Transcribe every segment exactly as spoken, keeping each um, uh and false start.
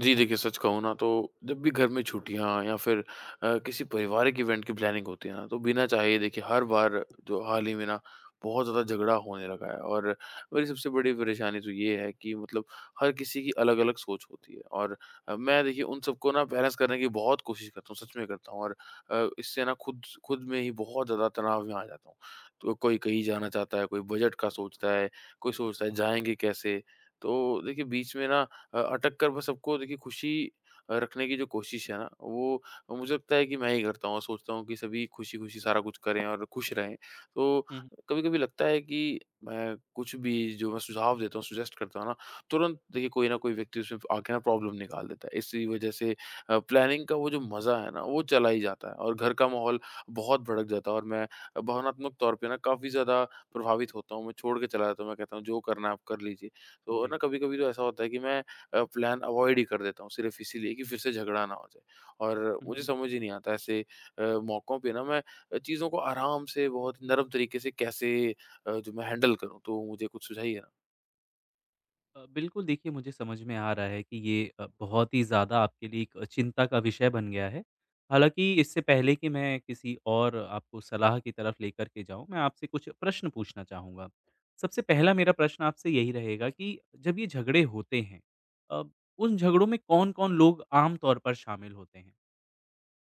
जी, देखिए सच कहूँ ना तो जब भी घर में छुट्टियाँ या फिर अ, किसी पारिवारिक इवेंट की प्लानिंग होती है ना, तो बिना चाहे देखिए हर बार जो हाल ही में ना बहुत ज़्यादा झगड़ा होने लगा है। और मेरी सबसे बड़ी परेशानी तो ये है कि मतलब हर किसी की अलग-अलग सोच होती है। और अ, मैं देखिए उन सबको ना बैलेंस करने की बहुत कोशिश करता हूँ, सच में करता हूँ। और अ, इससे ना खुद खुद में ही बहुत ज़्यादा तनाव में आ जाता हूँ। तो कोई कहीं जाना चाहता है, कोई बजट का सोचता है, कोई सोचता है जाएँगे कैसे? तो देखिए बीच में ना अ, अटक कर बस सबको देखिए खुशी अ, रखने की जो कोशिश है ना, वो मुझे लगता है कि मैं ही करता हूँ। सोचता हूँ कि सभी खुशी-खुशी सारा कुछ करें और खुश रहें। तो हुँ, कभी-कभी लगता है कि मैं कुछ भी जो मैं सुझाव देता हूँ, सजेस्ट करता हूँ ना, तुरंत देखिए कोई न कोई व्यक्ति उसमें आके ना प्रॉब्लम निकाल देता है। इसी वजह से अ, प्लानिंग का वो जो मज़ा है ना, वो चला ही जाता है और घर का माहौल बहुत भड़क जाता है। और मैं भावनात्मक तौर पे ना काफ़ी ज़्यादा प्रभावित होता हूँ। मैं छोड़ के चला जाता हूँ, मैं कहता हूँ जो करना है आप कर लीजिए। तो ना जी। कभी-कभी तो ऐसा होता है कि मैं अ, प्लान अवॉइड ही कर देता हूँ, सिर्फ इसीलिए कि फिर से झगड़ा ना हो जाए। और हुँ, मुझे हुँ। समझ ही नहीं आता ऐसे अ, मौकों पे ना मैं अ, चीज़ों को आराम से बहुत नरम तरीके से कैसे अ, जो मैं हैंडल करूँ? तो मुझे कुछ सुझाइए ना। अ, बिल्कुल देखिए मुझे समझ में आ रहा है कि ये अ, बहुत ही ज़्यादा आपके लिए एक चिंता का विषय बन गया है। हालाँकि इससे पहले कि मैं किसी और आपको सलाह की तरफ लेकर के जाऊँ, मैं आपसे कुछ प्रश्न पूछना चाहूँगा। सबसे पहला मेरा प्रश्न आपसे यही रहेगा कि जब ये झगड़े होते हैं, अ, उन झगड़ों में कौन-कौन लोग आम तौर पर शामिल होते हैं?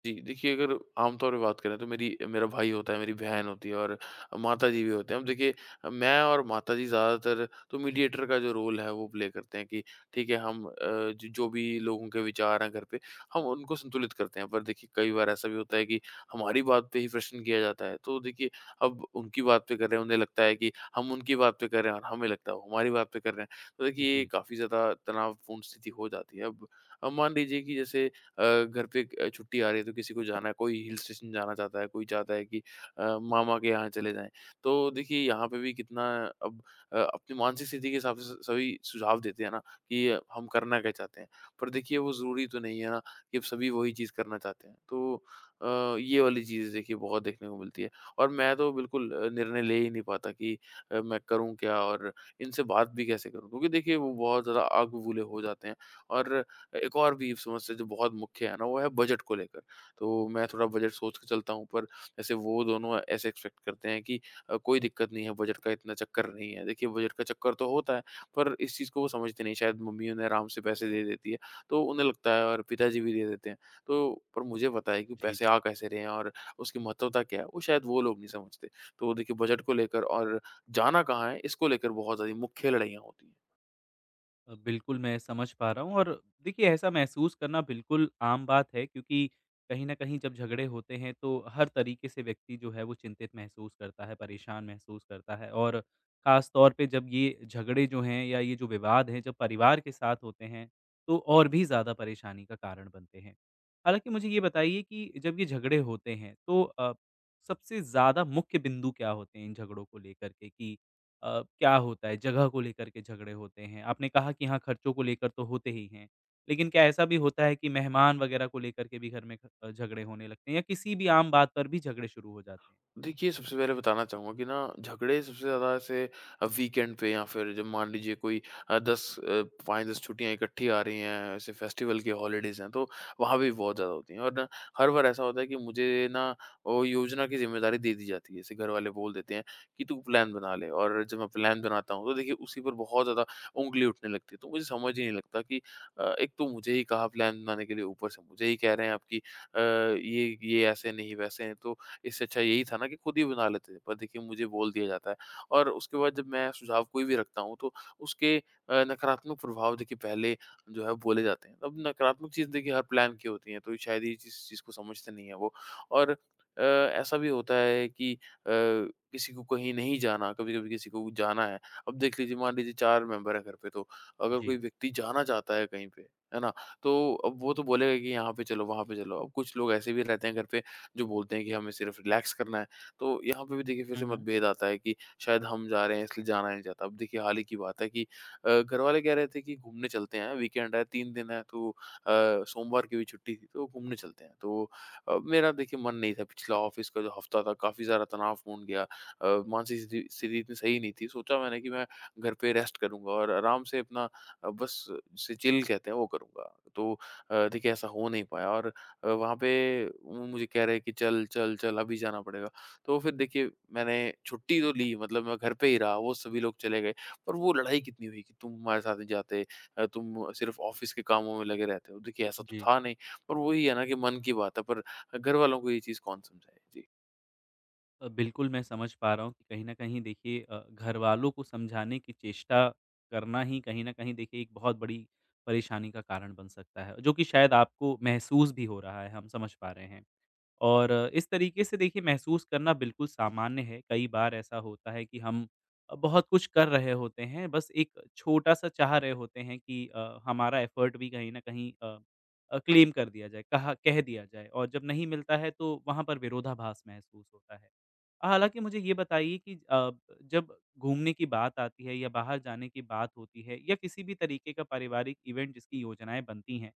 जी, देखिए अगर आमतौर पे बात करें तो मेरी मेरा भाई होता है, मेरी बहन होती है और माताजी भी होते हैं। अब देखिए मैं और माताजी ज़्यादातर तो मीडिएटर का जो रोल है वो प्ले करते हैं कि ठीक है, हम अ, ज जो भी लोगों के विचार हैं घर पे, हम उनको संतुलित करते हैं। पर देखिए कई बार ऐसा भी होता है कि हमारी बात पे ही प्रश्न किया जाता है। तो देखिए अब उनकी बात पे कर रहे हैं, उन्हें लगता है कि हम उनकी बात पे कर रहे हैं और हमें लगता है वो हमारी बात पे कर रहे हैं। तो देखिए ये जी। काफ़ी ज़्यादा तनावपूर्ण स्थिति हो जाती है। अब अब मान लीजिए कि जैसे अ, घर पे अ, छुट्टी आ रही है, तो किसी को जाना है, कोई हिल स्टेशन जाना चाहता है, कोई चाहता है कि अ, मामा के यहाँ चले जाएँ। तो देखिए यहाँ पे भी कितना अब अ, अपनी मानसिक स्थिति के हिसाब से स सभी सुझाव देते हैं ना कि अ, हम करना क्या चाहते हैं। पर देखिए वो ज़रूरी तो नहीं है ना कि अब सभी वही चीज़ करना चाहते हैं। तो अ, ये वाली चीज़ देखिए बहुत देखने को मिलती है और मैं तो बिल्कुल अ, निर्णय ले ही नहीं पाता कि अ, मैं करूँ क्या और इनसे बात भी कैसे करूँ? क्योंकि देखिए वो बहुत ज़्यादा आग बबूले हो जाते हैं। और एक और भी समस्या जो बहुत मुख्य है ना, वो है बजट को लेकर। तो मैं थोड़ा बजट सोच के चलता हूँ, पर जैसे वो दोनों ऐसे एक्सपेक्ट करते हैं कि अ, कोई दिक्कत नहीं है, बजट का इतना चक्कर नहीं है। देखिए बजट का चक्कर तो होता है, पर इस चीज़ को वो समझते नहीं। शायद मम्मी उन्हें आराम से पैसे दे देती है तो उन्हें लगता है, और पिताजी भी दे देते हैं। तो पर मुझे पता है कि पैसे आ कैसे रहे हैं और उसकी महत्वता क्या है, वो शायद वो लोग नहीं समझते। तो देखिए बजट को लेकर, और जाना कहाँ है इसको लेकर बहुत ज़्यादा मुख्य लड़ाइयाँ होती हैं। अ, बिल्कुल, मैं समझ पा रहा हूँ और देखिए ऐसा महसूस करना बिल्कुल आम बात है, क्योंकि कहीं न कहीं जब झगड़े होते हैं तो हर तरीके से व्यक्ति जो है वो चिंतित महसूस करता है, परेशान महसूस करता है और ख़ास तौर पे जब ये झगड़े जो हैं या ये जो विवाद हैं जब परिवार के साथ होते हैं, तो और भी ज़्यादा परेशानी का कारण बनते हैं। हालाँकि मुझे ये बताइए कि जब ये झगड़े होते हैं तो अ, सबसे ज़्यादा मुख्य बिंदु क्या होते हैं इन झगड़ों को लेकर के कि अ, क्या होता है, जगह को लेकर के झगड़े होते हैं। आपने कहा कि हाँ, खर्चों को लेकर तो होते ही हैं, लेकिन क्या ऐसा भी होता है कि मेहमान वगैरह को लेकर के भी घर में ख अ, झगड़े होने लगते हैं या किसी भी आम बात पर भी झगड़े शुरू हो जाते हैं? देखिए, सबसे पहले बताना चाहूँगा कि ना झगड़े सबसे ज़्यादा ऐसे अ, वीकेंड पे या फिर जब मान लीजिए कोई अ, दस अ, पाँच से दस छुट्टियाँ इकट्ठी आ रही हैं, ऐसे फेस्टिवल की हॉलिडेज़ हैं, तो वहाँ भी बहुत ज़्यादा होती हैं। और ना हर बार ऐसा होता है कि मुझे ना वो योजना की ज़िम्मेदारी दे दी जाती है। जैसे घर वाले बोल देते हैं कि तू प्लान बना ले, और जब मैं प्लान बनाता हूँ, तो देखिए उसी पर बहुत ज़्यादा ऊँगली उठने लगती है। तो मुझे समझ ही नहीं लगता कि अ, एक तो मुझे ही कहा प्लान बनाने के लिए, ऊपर से मुझे ही कह रहे हैं आप कि अ, ये ये ऐसे नहीं, वैसे हैं, तो इससे अच्छा यही था ना कि खुद ही बना लेते थे। पर देखिए मुझे बोल दिया जाता है। और उसके बाद जब मैं सुझाव कोई भी रखता हूँ, तो उसके अ, नकारात्मक प्रभाव देखिए पहले जो है बोले जाते हैं। अब नकारात्मक चीज़ देखिए हर प्लान की होती है, तो शायद ये चीज़ चीज़ को समझते नहीं है वो। और अ, ऐसा भी होता है कि अ, किसी को कहीं नहीं जाना, कभी-कभी किसी को जाना है। अब देख लीजिए, मान लीजिए चार मेंबर हैं घर पे, तो अगर कोई जी। व्यक्ति जाना चाहता है कहीं पे, है ना? तो अब वो तो बोलेगा कि यहाँ पे चलो, वहाँ पे चलो। अब कुछ लोग ऐसे भी रहते हैं घर पे जो बोलते हैं कि हमें सिर्फ रिलैक्स करना है। तो यहाँ पे भी देखिए फिर हुँ, से हुँ। मतभेद आता है कि शायद हम जा रहे हैं इसलिए जाना नहीं चाहता। अब देखिए हाल ही की बात है कि अ, घर वाले कह रहे थे कि घूमने चलते हैं, वीकेंड है, तीन दिन है, तो अ, सोमवार की भी छुट्टी थी तो घूमने चलते हैं। तो अ, मेरा देखिए मन नहीं था। पिछला ऑफ़िस का जो हफ़्ता था काफ़ी ज़्यादा तनावपूर्ण गया। अ, मानसिक स्थिति स्थिति इतनी सही नहीं थी। सोचा मैंने कि मैं घर पे रेस्ट करूँगा और आराम से अपना अ, बस जिसे चिल कहते हैं वो करूँगा। तो अ, देखिए ऐसा हो नहीं पाया, और अ, वहाँ पे वो मुझे कह रहे कि चल, चल, चल, अभी जाना पड़ेगा। तो फिर देखिए मैंने छुट्टी तो ली, मतलब मैं घर पे ही रहा, वो सभी लोग चले गए। पर वो लड़ाई कितनी हुई कि तुम हमारे साथ नहीं जाते, अ, तुम सिर्फ़ ऑफ़िस के कामों में लगे रहते हो। देखिए ऐसा तो जी। था नहीं, पर वही है ना कि मन की बात है, पर घर वालों को ये चीज़ कौन समझाए? जी। अ, बिल्कुल मैं समझ पा रहा हूँ कि कहीं न कहीं देखिए अ, घरवालों को समझाने की चेष्टा करना ही कहीं न कहीं देखिए एक बहुत बड़ी परेशानी का कारण बन सकता है, जो कि शायद आपको महसूस भी हो रहा है, हम समझ पा रहे हैं। और इस तरीके से देखिए महसूस करना बिल्कुल सामान्य है। कई बार ऐसा होता है कि हम अ, बहुत कुछ कर रहे होते हैं, बस एक छोटा-सा चाह रहे होते हैं कि अ, हमारा एफ़र्ट भी कहीं न कहीं अ अ, क्लेम कर दिया जाए, कहा कह दिया जाए और जब नहीं मिलता है तो वहाँ पर विरोधाभास महसूस होता है। हालाँकि मुझे ये बताइए कि अ, जब घूमने की बात आती है या बाहर जाने की बात होती है या किसी भी तरीके का पारिवारिक इवेंट जिसकी योजनाएँ बनती हैं,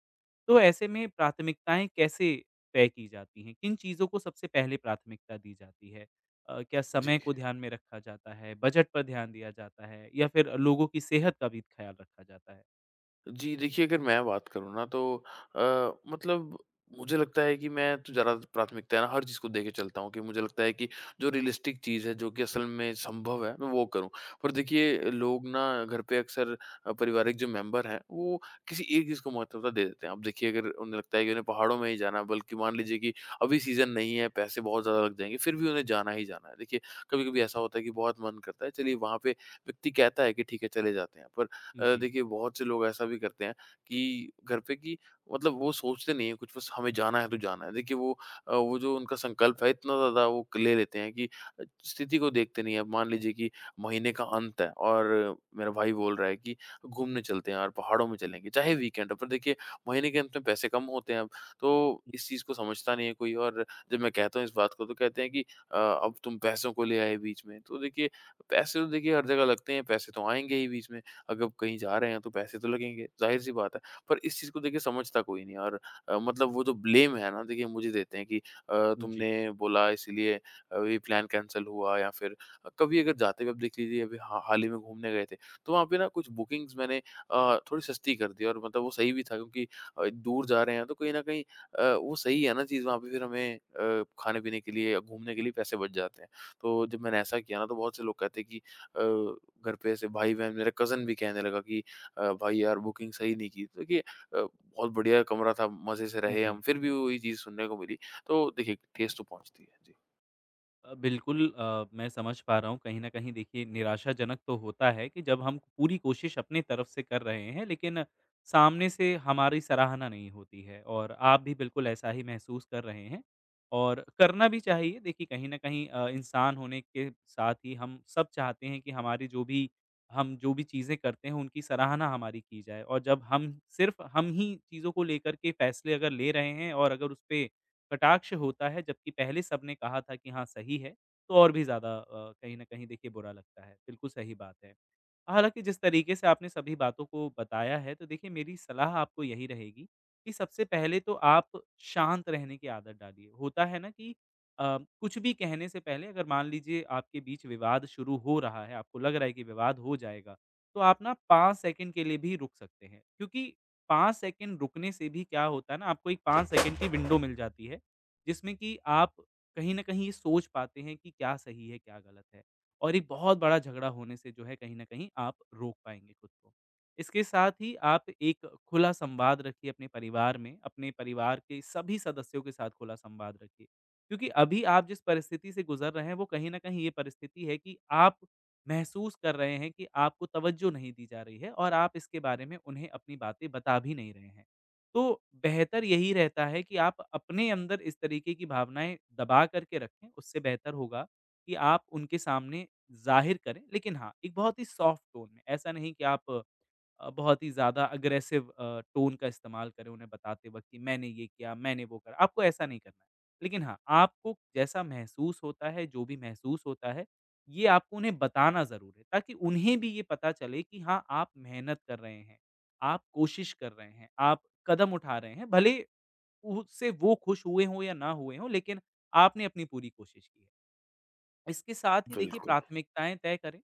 तो ऐसे में प्राथमिकताएँ कैसे तय की जाती हैं? किन चीज़ों को सबसे पहले प्राथमिकता दी जाती है? अ, क्या जी। समय को ध्यान में रखा जाता है, बजट पर ध्यान दिया जाता है या फिर लोगों की सेहत का भी ख्याल रखा जाता है? जी, देखिए अगर मैं बात करूँ ना तो अ, मतलब मुझे लगता है कि मैं तो ज़्यादा प्राथमिकता है ना हर चीज़ को देके चलता हूँ कि मुझे लगता है कि जो रियलिस्टिक चीज़ है, जो कि असल में संभव है, मैं वो करूँ। पर देखिए लोग ना घर पे अक्सर अ, पारिवारिक जो मेंबर हैं, वो किसी एक चीज़ को महत्वता दे देते हैं। अब देखिए अगर उन्हें लगता है कि उन्हें पहाड़ों में ही जाना है, बल्कि मान लीजिए कि अभी सीज़न नहीं है, पैसे बहुत ज़्यादा लग जाएँगे, फिर भी उन्हें जाना ही जाना है। देखिए, कभी-कभी ऐसा होता है कि बहुत मन करता है, चलिए वहाँ पे व्यक्ति कहता है कि ठीक है, चले जाते हैं। पर अ, जी। देखिए बहुत से लोग ऐसा भी करते हैं कि घर पे कि मतलब वो सोचते नहीं है कुछ, बस हमें जाना है तो जाना है। देखिए वो अ, वो जो उनका संकल्प है इतना ज़्यादा वो ले लेते हैं कि अ, स्थिति को देखते नहीं है। अब मान लीजिए कि महीने का अंत है और मेरा भाई बोल रहा है कि घूमने चलते हैं यार, पहाड़ों में चलेंगे, चाहे वीकेंड हो। पर देखिए महीने के अंत में पैसे कम होते हैं अब। तो इस चीज़ को समझता नहीं है कोई। और जब मैं कहता हूँ इस बात को तो कहते हैं कि अ, अब तुम पैसों को ले आए बीच में। तो देखिए पैसे तो देखिए हर जगह लगते हैं, पैसे तो आएँगे ही बीच में। अगर कहीं जा रहे हैं तो पैसे तो लगेंगे, ज़ाहिर-सी बात है। पर इस चीज़ को देखिए समझता कोई नहीं। और अ, मतलब वो जो ब्लेम है ना, देखिए मुझे देते हैं कि अ, जी, तुमने बोला इसलिए अ, ये प्लान कैंसल हुआ, या फिर अ, कभी अगर जाते हुए आप देख लीजिए, अभी हा हाल ही में घूमने गए थे, तो वहाँ पे ना कुछ बुकिंग्स मैंने अ, थोड़ी सस्ती कर दी, और मतलब वो सही भी था क्योंकि अ, दूर जा रहे हैं तो कहीं न कहीं अ, वो सही है ना चीज़, वहाँ पे फिर हमें अ, खाने-पीने के लिए, या घूमने के लिए पैसे बच जाते हैं। तो जब मैंने ऐसा किया ना, तो बहुत से लोग कहते हैं कि अ, घर पे ऐसे भाई-बहन, मेरा कज़न भी कहने लगा कि अ, भाई यार बुकिंग सही नहीं की। तो देखिए अ, बहुत बढ़िया कमरा था, मज़े से रहे जी। हम, फिर भी वही चीज़ सुनने को मिली। तो देखिए ठेस तो पहुँचती है। जी। अ, बिल्कुल अ, मैं समझ पा रहा हूँ। कहीं न कहीं देखिए निराशाजनक तो होता है कि जब हम पूरी कोशिश अपनी तरफ से कर रहे हैं, लेकिन सामने से हमारी सराहना नहीं होती है और आप भी बिल्कुल ऐसा ही महसूस कर रहे हैं और करना भी चाहिए। देखिए कहीं न कहीं अ, इंसान होने के साथ ही हम सब चाहते हैं कि हमारी जो भी हम जो भी चीज़ें करते हैं, उनकी सराहना हमारी की जाए और जब हम सिर्फ़ हम ही चीज़ों को लेकर के फैसले अगर ले रहे हैं और अगर उसपे कटाक्ष होता है, जबकि पहले सबने कहा था कि हाँ, सही है, तो और भी ज़्यादा अ, कहीं न कहीं देखिए बुरा लगता है। बिल्कुल सही बात है। हालाँकि जिस तरीके से आपने सभी बातों को बताया है, तो देखिए मेरी सलाह आपको यही रहेगी कि सबसे पहले तो आप शांत रहने की आदत डालिए। होता है ना कि अ, कुछ भी कहने से पहले अगर मान लीजिए आपके बीच विवाद शुरू हो रहा है, आपको लग रहा है कि विवाद हो जाएगा, तो आप ना पाँच सेकंड के लिए भी रुक सकते हैं। क्योंकि पाँच सेकंड रुकने से भी क्या होता है ना, आपको एक पाँच सेकंड की विंडो मिल जाती है। जिसमें कि आप कहीं न कहीं ये सोच पाते हैं कि क्या सही है, क्या गलत है और एक बहुत बड़ा झगड़ा होने से जो है कहीं न कहीं आप रोक पाएँगे खुद को। इसके साथ ही आप एक खुला संवाद रखिए अपने परिवार में, अपने परिवार के सभी सदस्यों के साथ खुला संवाद रखिए। क्योंकि अभी आप जिस परिस्थिति से गुज़र रहे हैं वो कहीं न कहीं ये परिस्थिति है कि आप महसूस कर रहे हैं कि आपको तवज्जो नहीं दी जा रही है और आप इसके बारे में उन्हें अपनी बातें बता भी नहीं रहे हैं। तो बेहतर यही रहता है कि आप अपने अंदर इस तरीके की भावनाएँ दबा करके रखें, उससे बेहतर होगा कि आप उनके सामने ज़ाहिर करें। लेकिन हाँ, एक बहुत ही सॉफ्ट टोन में, ऐसा नहीं कि आप अ, बहुत ही ज़्यादा अग्रेसिव अ, टोन का इस्तेमाल करें उन्हें बताते वक़्त कि मैंने ये किया, मैंने वो करा, आपको ऐसा नहीं करना है। लेकिन हाँ, आपको जैसा महसूस होता है, जो भी महसूस होता है, ये आपको उन्हें बताना ज़रूर है, ताकि उन्हें भी ये पता चले कि हाँ, आप मेहनत कर रहे हैं। आप कोशिश कर रहे हैं, आप कदम उठा रहे हैं, भले उससे वो खुश हुए हों या ना हुए हों, लेकिन आपने अपनी पूरी कोशिश की है। इसके साथ ही देखिए बिल्कुल। प्राथमिकताएँ तय करें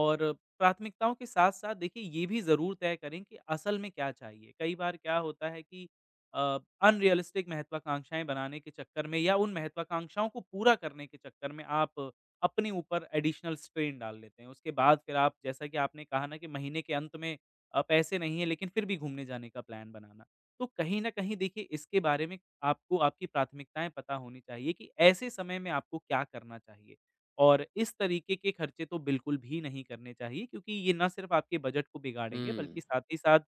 और प्राथमिकताओं के साथ-साथ देखिए ये भी ज़रूर तय करें कि असल में क्या चाहिए। कई बार क्या होता है कि अ, अनरियलिस्टिक महत्वाकांक्षाएँ बनाने के चक्कर में या उन महत्वाकांक्षाओं को पूरा करने के चक्कर में आप अपने ऊपर एडिशनल स्ट्रेन डाल लेते हैं। उसके बाद फिर आप जैसा कि आपने कहा ना कि महीने के अंत में अ, पैसे नहीं है, लेकिन फिर भी घूमने जाने का प्लान बनाना। तो कहीं न कहीं देखिए इसके बारे में आपको आपकी प्राथमिकताएँ पता होनी चाहिए कि ऐसे समय में आपको क्या करना चाहिए। और इस तरीके के खर्चे तो बिल्कुल भी नहीं करने चाहिए, क्योंकि ये ना सिर्फ़ आपके बजट को बिगाड़ेंगे हुँ। बल्कि साथ ही साथ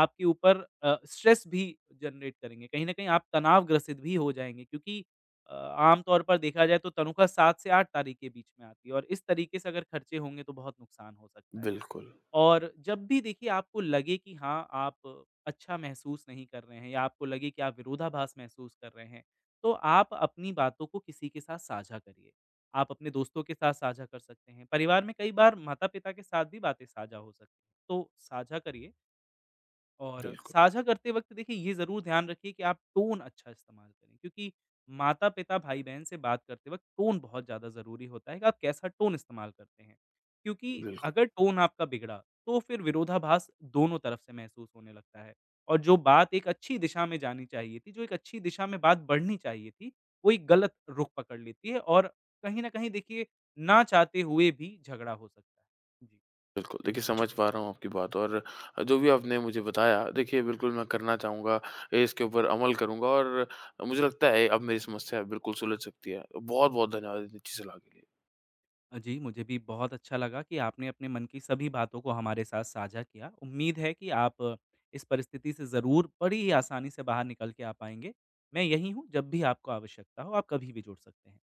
आपके ऊपर अ, स्ट्रेस भी जनरेट करेंगे। कहीं न कहीं आप तनावग्रसित भी हो जाएँगे, क्योंकि अ, आम तौर पर देखा जाए तो तनख्वाह सात से आठ तारीख़ के बीच में आती है और इस तरीके से अगर खर्चे होंगे तो बहुत नुकसान हो सकता है। बिल्कुल, और जब भी देखिए आपको लगे कि हाँ, आप अच्छा महसूस नहीं कर रहे हैं या आपको लगे कि आप विरोधाभास महसूस कर रहे हैं, तो आप अपनी बातों को किसी के साथ साझा करिए। आप अपने दोस्तों के साथ साझा कर सकते हैं। परिवार में कई बार माता-पिता के साथ भी बातें साझा हो सकती हैं, तो साझा करिए। और बिल्कुल, साझा करते वक़्त देखिए ये ज़रूर ध्यान रखिए कि आप टोन अच्छा इस्तेमाल करें, क्योंकि माता-पिता, भाई-बहन से बात करते वक़्त टोन बहुत ज़्यादा ज़रूरी होता है कि आप कैसा टोन इस्तेमाल करते हैं। क्योंकि बिल्कुल, अगर टोन आपका बिगड़ा तो फिर विरोधाभास दोनों तरफ से महसूस होने लगता है और जो बात एक अच्छी दिशा में जानी चाहिए थी, जो एक अच्छी दिशा में बात बढ़नी चाहिए थी, वो एक गलत रुख पकड़ लेती है और कहीं न कहीं देखिए ना चाहते हुए भी झगड़ा हो सकता है। जी। बिल्कुल। देखिए, समझ पा रहा हूँ आपकी बात, और जो भी आपने मुझे बताया देखिए बिल्कुल मैं करना चाहूँगा, इसके ऊपर अमल करूँगा, और मुझे लगता है अब मेरी समस्या बिल्कुल सुलझ सकती है। बहुत-बहुत धन्यवाद इतनी अच्छी सलाह के लिए। अ, जी, मुझे भी बहुत अच्छा लगा कि आपने अपने मन की सभी बातों को हमारे साथ साझा किया। उम्मीद है कि आप इस परिस्थिति से ज़रूर बड़ी ही आसानी से बाहर निकल के आ पाएँगे। मैं यहीं हूँ, जब भी आपको आवश्यकता हो, आप कभी भी जुड़ सकते हैं।